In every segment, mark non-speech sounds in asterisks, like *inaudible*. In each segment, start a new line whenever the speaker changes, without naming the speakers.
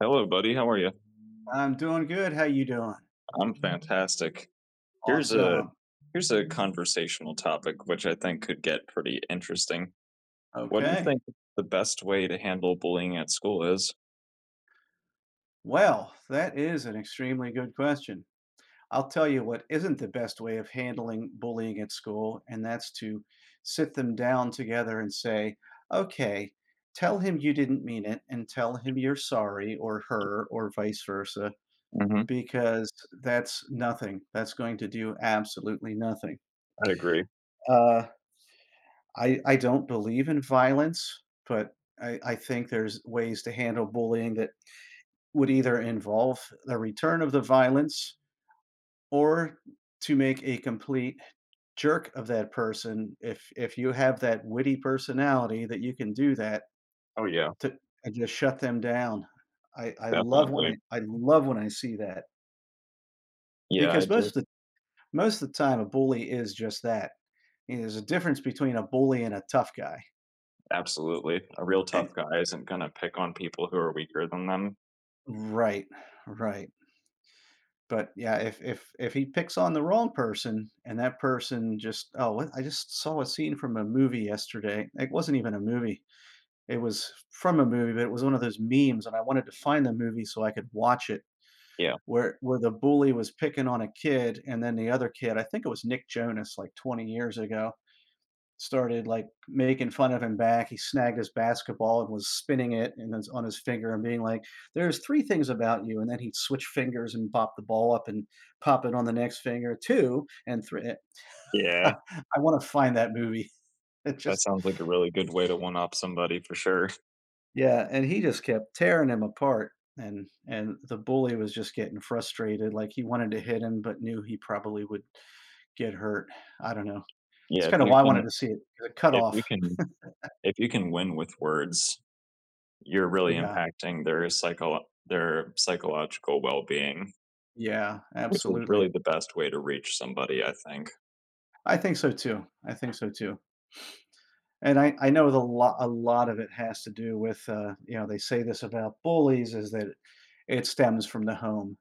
Hello, buddy. How are you?
I'm doing good. How you doing?
I'm fantastic. Here's a
Awesome.
Here's a conversational topic which I think could get pretty interesting. What do you
Okay.
think the best way to handle bullying at school is?
Well, that is an extremely good question. I'll tell you what isn't the best way of handling bullying at school, and that's to sit them down together and say, okay, tell him you didn't mean it and tell him you're sorry or her or vice versa,
Hmm.
because that's nothing. That's going to do absolutely nothing.
I'd agree.
Uh, I don't believe in violence, but I think there's ways to handle bullying that would either involve the return of the violence or to make a complete jerk of that person if you have that witty personality that you can do that
Oh yeah,
to and just shut them down. I love when I
definitely.
I love when I see that
Yeah, I
because most
do.
of the most of the time, a bully is just that. You know, there's a difference between a bully and a tough guy,
Absolutely. A real
and
tough guy isn't gonna pick on people who are weaker than them.
right, right. But yeah, if he picks on the wrong person and that person just, "Oh, what? I just saw a scene from a movie yesterday." It wasn't even a movie. It was from a movie, but it was one of those memes, and I wanted to find the movie so I could watch it,
Yeah.
where the bully was picking on a kid, and then the other kid, I think it was Nick Jonas, like, 20 years ago, started like making fun of him back. He snagged his basketball and was spinning it and it's on his finger and being like, "There's three things about you," and then he'd switch fingers and pop the ball up and pop it on the next finger, two and three. *laughs*
Yeah.
I want to find that movie. *laughs* It
That
just
sounds like a really good way to one up somebody for sure.
yeah, and he just kept tearing him apart, and the bully was just getting frustrated. Like he wanted to hit him, but knew he probably would get hurt. I don't know. It's
Yeah,
kind of why I wanted to see it. The
if you
cutoff.
can if you can win with words, you're really
Yeah,
impacting their psycho their psychological well-being,
yeah,
which is
absolutely.
really the best way to reach somebody, I think.
I think so too. I think so too. And I know the lot a lot of it has to do with you know, they say this about bullies, is that it stems from the home.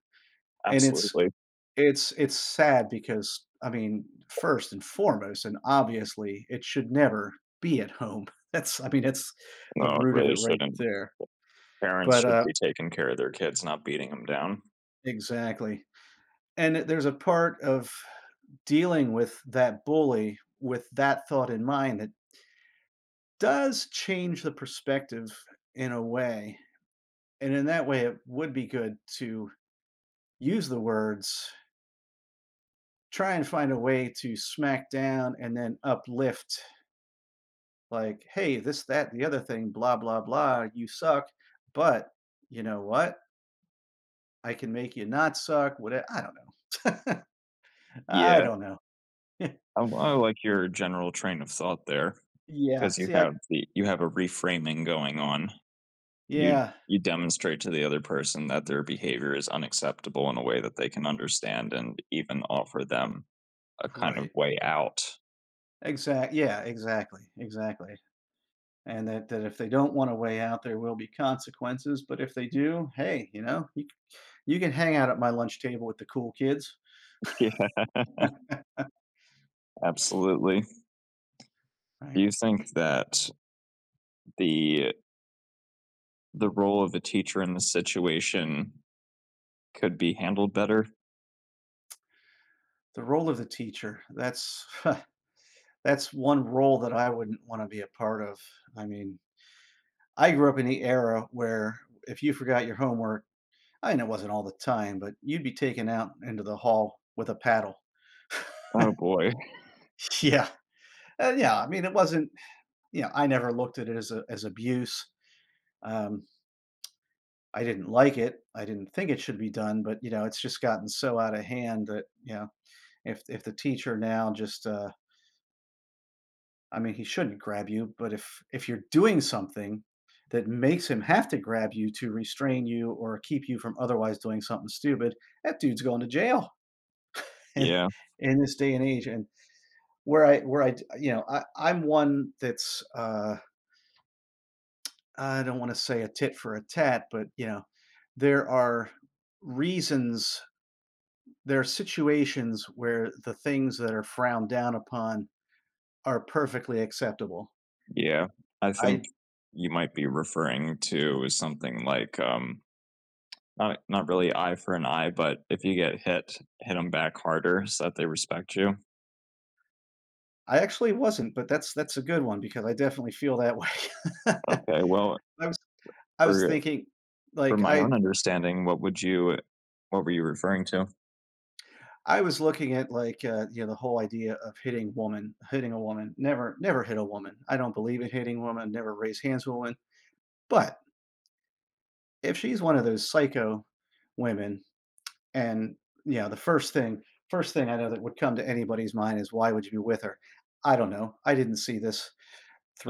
And it's
Absolutely.
it's sad because, I mean, first and foremost, and obviously it should never be at home. *laughs* That's, I mean, it's the
No, it
root of it
really
right
shouldn't.
there.
Parents
But
should be taking care of their kids, not beating them down.
exactly. And there's a part of dealing with that bully with that thought in mind that does change the perspective in a way. And in that way, it would be good to use the words, try and find a way to smack down and then uplift, like, hey, this, that, the other thing, blah, blah, blah, you suck. But you know what? I can make you not suck. What, I don't know. I
Yeah,
don't know. *laughs*
I like your general train of thought there
Yeah.
because you have the you have a reframing going on. You
Yeah,
demonstrate to the other person that their behavior is unacceptable in a way that they can understand and even offer them a kind of
right.
way out.
Exact. Yeah, exactly. Exactly. And that if they don't want to weigh out, there will be consequences. But if they do, hey, you know, you can hang out at my lunch table with the cool kids,
Yeah, absolutely. Do
right?
you think that the the role of a teacher in this situation could be handled better?
The role of the teacher, that's *laughs* that's one role that I wouldn't want to be a part of. I mean, I grew up in the era where if you forgot your homework, I know it wasn't all the time, but you'd be taken out into the hall with a paddle. *laughs*
Oh boy.
Yeah. Yeah. I mean, it wasn't, you know, I never looked at it as, a, as abuse. Um, I didn't like it. I didn't think it should be done, but, you know, it's just gotten so out of hand that, you know, if the teacher now just, I mean, he shouldn't grab you, but if you're doing something that makes him have to grab you to restrain you or keep you from otherwise doing something stupid, that dude's going to jail *laughs* and
Yeah,
in this day and age. And where I where I, you know, I'm one that's, I don't wanna say a tit for a tat, but, you know, there are reasons, there are situations where the things that are frowned down upon are perfectly acceptable.
yeah. I think
I
you might be referring to something like not really eye for an eye, but if you get hit, hit them back harder so that they respect you.
I actually wasn't, but that's a good one because I definitely feel that way. *laughs*
Okay, well,
I was I was
for
thinking
for
like
my own understanding, what would you what were you referring to?
I was looking at like, you know, the whole idea of hitting woman, hitting a woman. Never never hit a woman. I don't believe in hitting women, never raise hands with a woman. But if she's one of those psycho women. And, you know, the first thing I know that would come to anybody's mind is, "Why would you be with her?" I don't know. I didn't see this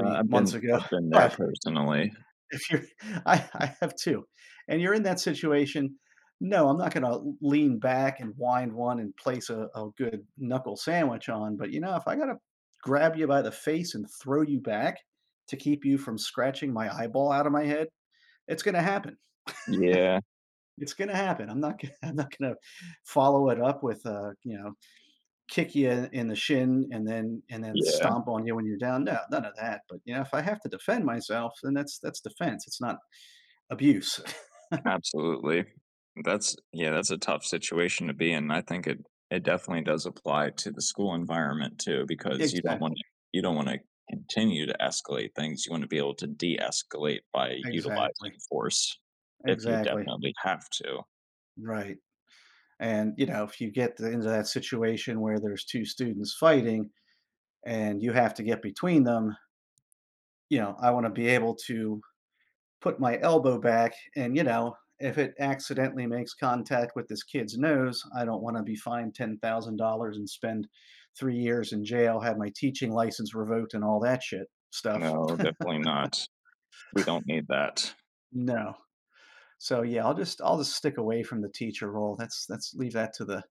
Uh, I've
months
been
ago,
I've been
*laughs*
there
but
personally.
if you're I have two, and you're in that situation, no, I'm not gonna lean back and wind one and place a good knuckle sandwich on, but, you know, if I gotta grab you by the face and throw you back to keep you from scratching my eyeball out of my head, it's gonna happen.
Yeah,
It's gonna happen. I'm not gonna *laughs* I'm not gonna follow it up with, you know, kick you in the shin and then
yeah.
stomp on you when you're down. No, none of that. But you know, if I have to defend myself, then that's defense. It's not abuse.
Absolutely. That's, yeah, that's a tough situation to be in. I think it definitely does apply to the school environment too,
*laughs*
because you don't want
Exactly.
to you don't want to continue to escalate things. You want to be able to de-escalate by
Exactly.
utilizing force if you
Exactly.
definitely have to.
Right. And you know, if you get into that situation where there's two students fighting and you have to get between them, you know, I want to be able to put my elbow back, and you know, if it accidentally makes contact with this kid's nose, I don't want to be fined $10,000 and spend 3 years in jail, have my teaching license revoked, and all that shit stuff.
No, definitely not. We don't need that.
No. So yeah, I'll just stick away from the teacher role. That's leave that to the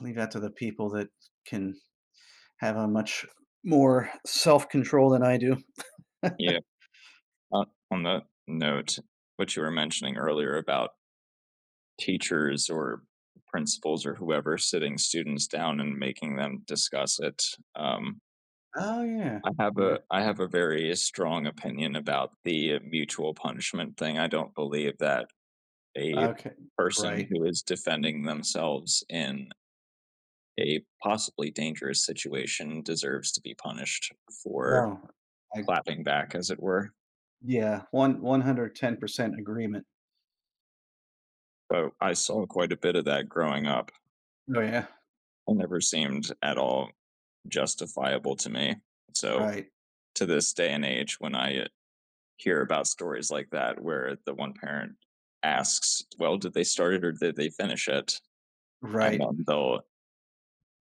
leave that to the people that can have a much more self-control than I do. *laughs*
Yeah. Uh, on that note, what you were mentioning earlier about teachers or principals or whoever sitting students down and making them discuss it. Um,
Oh yeah. Yeah.
I have a very strong opinion about the mutual punishment thing. I don't believe that a
Okay.
person
Right.
who is defending themselves in a possibly dangerous situation deserves to be punished
no
for
I
clapping back, as it were.
yeah, one 110% agreement.
But I saw quite a bit of that growing up.
Oh, yeah.
It never seemed at all justifiable to me. So
Right.
to this day and age when I hear about stories like that where the one parent asks, "Well, did they start it or did they finish it?" And
Right.
then they'll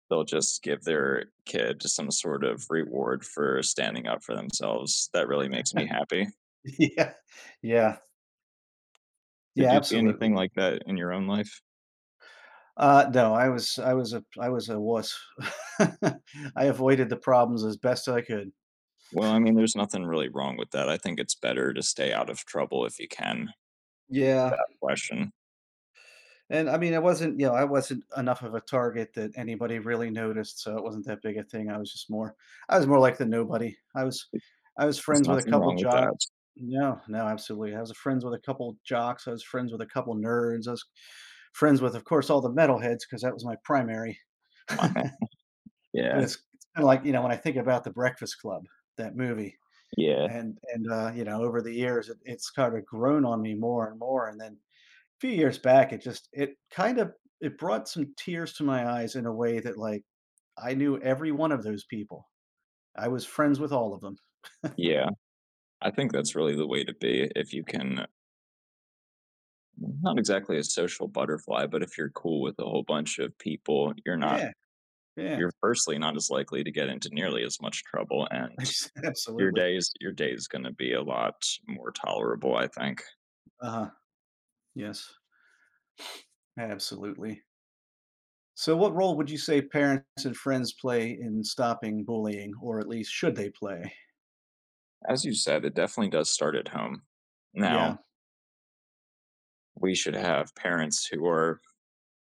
they'll just give their kid some sort of reward for standing up for themselves. That really makes me happy.
*laughs* Yeah. Yeah.
Did
Yeah,
you see
absolutely.
anything like that in your own life?
No, I was a wuss. *laughs* I avoided the problems as best I could.
Well, I mean, there's nothing really wrong with that. I think it's better to stay out of trouble if you can.
Yeah.
Question.
And I mean, I wasn't, you know, I wasn't enough of a target that anybody really noticed, so it wasn't that big a thing. I was just more I was more like the nobody. I was
There's
friends with a
nothing
couple
wrong with that.
jocks. No, no, absolutely. I was friends with a couple jocks. I was friends with a couple nerds. I was friends with, of course, all the metalheads because that was my primary.
Come on, man. Yeah,
But it's kinda like, you know, when I think about The Breakfast Club, that movie,
yeah,
and, you know, over the years, it's kinda grown on me more and more, and then a few years back, it just it kind of it brought some tears to my eyes in a way that, like, I knew every one of those people. I was friends with all of them.
yeah. I think that's really the way to be if you can, not exactly a social butterfly, but if you're cool with a whole bunch of people, you're not
Yeah, yeah.
you're firstly not as likely to get into nearly as much trouble,
*laughs*
and
Ex absolutely.
your day's going to be a lot more tolerable, I think.
Uh-huh. Yes, absolutely. So what role would you say parents and friends play in stopping bullying, or at least should they play?
As you said, it definitely does start at home. Now,
Yeah,
we should have parents who are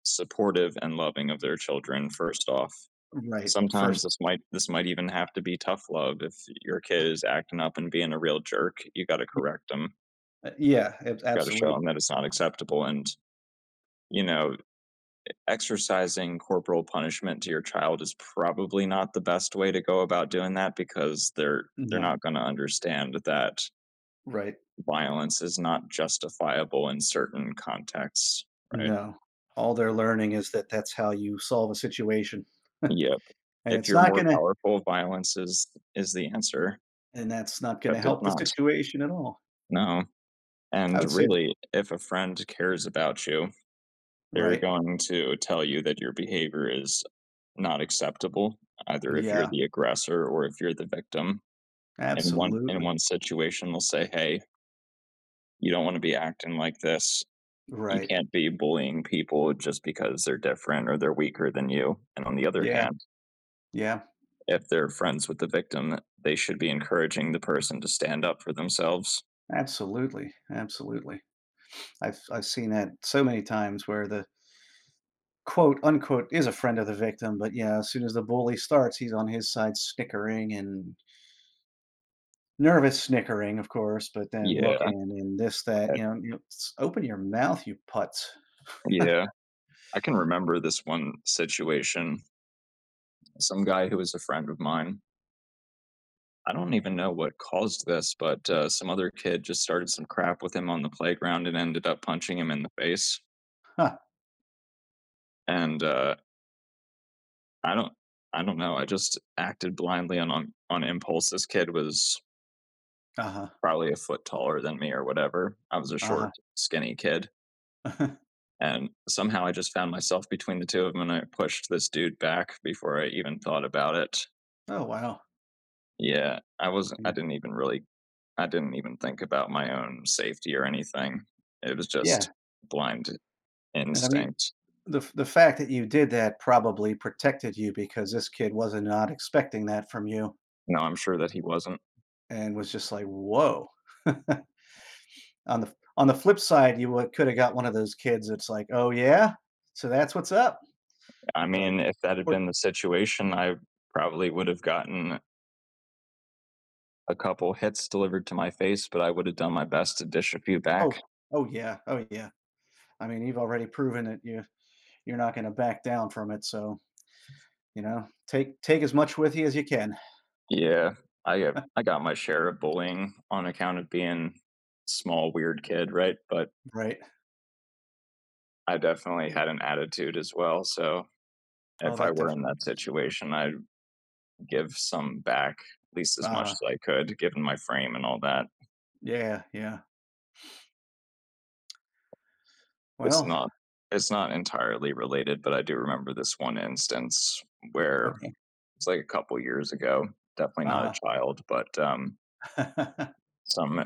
supportive and loving of their children first off.
right,
Sometimes
first.
this might even have to be tough love. If your kid is acting up and being a real jerk, you got to correct them. You
Yeah, ab
got to show them
absolutely.
that it's not acceptable and, you know, exercising corporal punishment to your child is probably not the best way to go about doing that because they're
No,
not going to understand that
right.
violence is not justifiable in certain contexts, right?
No. All they're learning is that that's how you solve a situation, *laughs* and
Yep. If
it's
you're
not
more
gonna
powerful, violence is the answer,
and that's not
but
gonna
it's
help the
not.
situation at all.
No.
I
And
would say that,
really, if a friend cares about you, they're
right.
going to tell you that your behavior is not acceptable, either if you're
Yeah,
the aggressor or if you're the victim. In one in
absolutely.
one situation they'll say, hey, you don't want to be acting like this, you
Right.
can't be bullying people just because they're different or they're weaker than you. And on the other
Yeah,
hand,
yeah,
if they're friends with the victim, they should be encouraging the person to stand up for themselves.
absolutely, absolutely. I've seen that so many times where the quote, unquote, is a friend of the victim, but yeah, as soon as the bully starts, he's on his side snickering and nervous snickering, of course, but then
Yeah,
looking and this, that, you know, "S open your mouth, you putz."
yeah. I can remember this one situation. Some guy who was a friend of mine, I don't even know what caused this, but some other kid just started some crap with him on the playground and ended up punching him in the face.
Huh,
And I don't I don't know. I just acted blindly on on impulse. This kid was
uh-huh,
probably a foot taller than me or whatever. I was a
uh-huh.
short, skinny kid.
*laughs*
And somehow I just found myself between the two of them and I pushed this dude back before I even thought about it.
Oh, wow.
Yeah,
Yeah.
I didn't even think about my own safety or anything. It was just
Yeah,
blind
and I mean,
instinct.
the f the fact that you did that probably protected you because this kid was not expecting that from you
No, I'm sure that he wasn't.
and was just like, "Whoa." *laughs* On the on the flip side, you would coulda got one of those kids that's like, "Oh, yeah? So that's what's up?"
I
But
mean, if that had
or
been the situation, I probably would have gotten a couple hits delivered to my face, but I would have done my best to dish a few
oh,
back.
oh, yeah, oh, yeah. I mean, you've already proven that you you're not going to back down from it. So you know, take take as much with you as you can.
Yeah, I got my share of bullying on account of being a small weird kid, right? But
Right.
I definitely had an attitude as well. So
Oh,
if I
that
were in
definitely
that
helps.
situation, I'd give some back at least
Uh
as much
huh.
as I could, given my frame and all that.
Yeah. Yeah.
It's
Well.
not entirely related, but I do remember this one instance where
Okay.
it's like a couple years ago. Definitely not a
Uh
child, but
huh.
some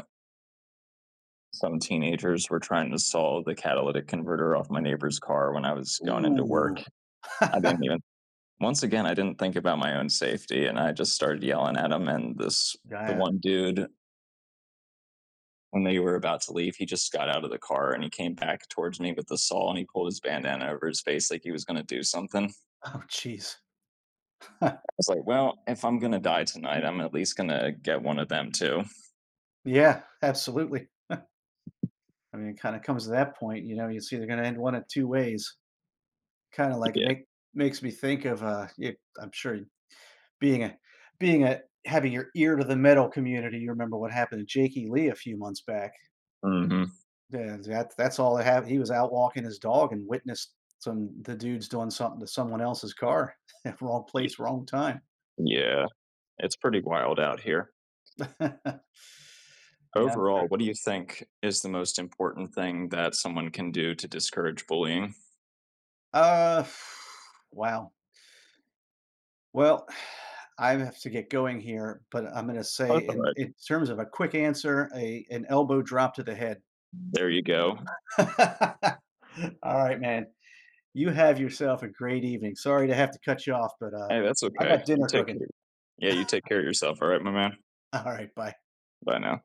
teenagers were trying to solve the catalytic converter off my neighbor's car when I was
*laughs*
going into work.
Ooh.
I
*laughs*
didn't even, once again, I didn't think about my own safety and I just started yelling at them. And this, the
Yeah.
one dude, when they were about to leave, he just got out of the car and he came back towards me with the saw and he pulled his bandana over his face like he was going to do something. I
Oh, jeez. *laughs*
was like, well, if I'm going to die tonight, I'm at least going to get one of them too.
Yeah. Absolutely. I mean, it kind of comes to that point. You know, it's either going to end one of two ways. Kind of like it
Yeah.
make makes me think of, it, I'm sure, being a having your ear to the metal community. You remember what happened to Jakey Lee a few months back.
Mm-hmm.
Yeah, that that's all they have. He was out walking his dog and witnessed some the dudes doing something to someone else's car. *laughs* Wrong
Yeah.
place, wrong time. *laughs*
Yeah. It's pretty wild out here.
Yeah, I'm pre
Overall, what do you think is the most important thing that someone can do to discourage bullying?
uh, *sighs* wow. Well, *sighs* I have to get going here, but I'm gonna
Oh,
say
that's all
in
right.
in terms of a quick answer, a an elbow drop to the head.
There you go.
*laughs* All right, man. You have yourself a great evening. Sorry to have to cut you off, but,
Hey, that's
I
okay.
got
You
dinner
take
cooking.
care. Yeah, you take care of yourself. All right, my man.
*laughs* All right, bye.
Bye now.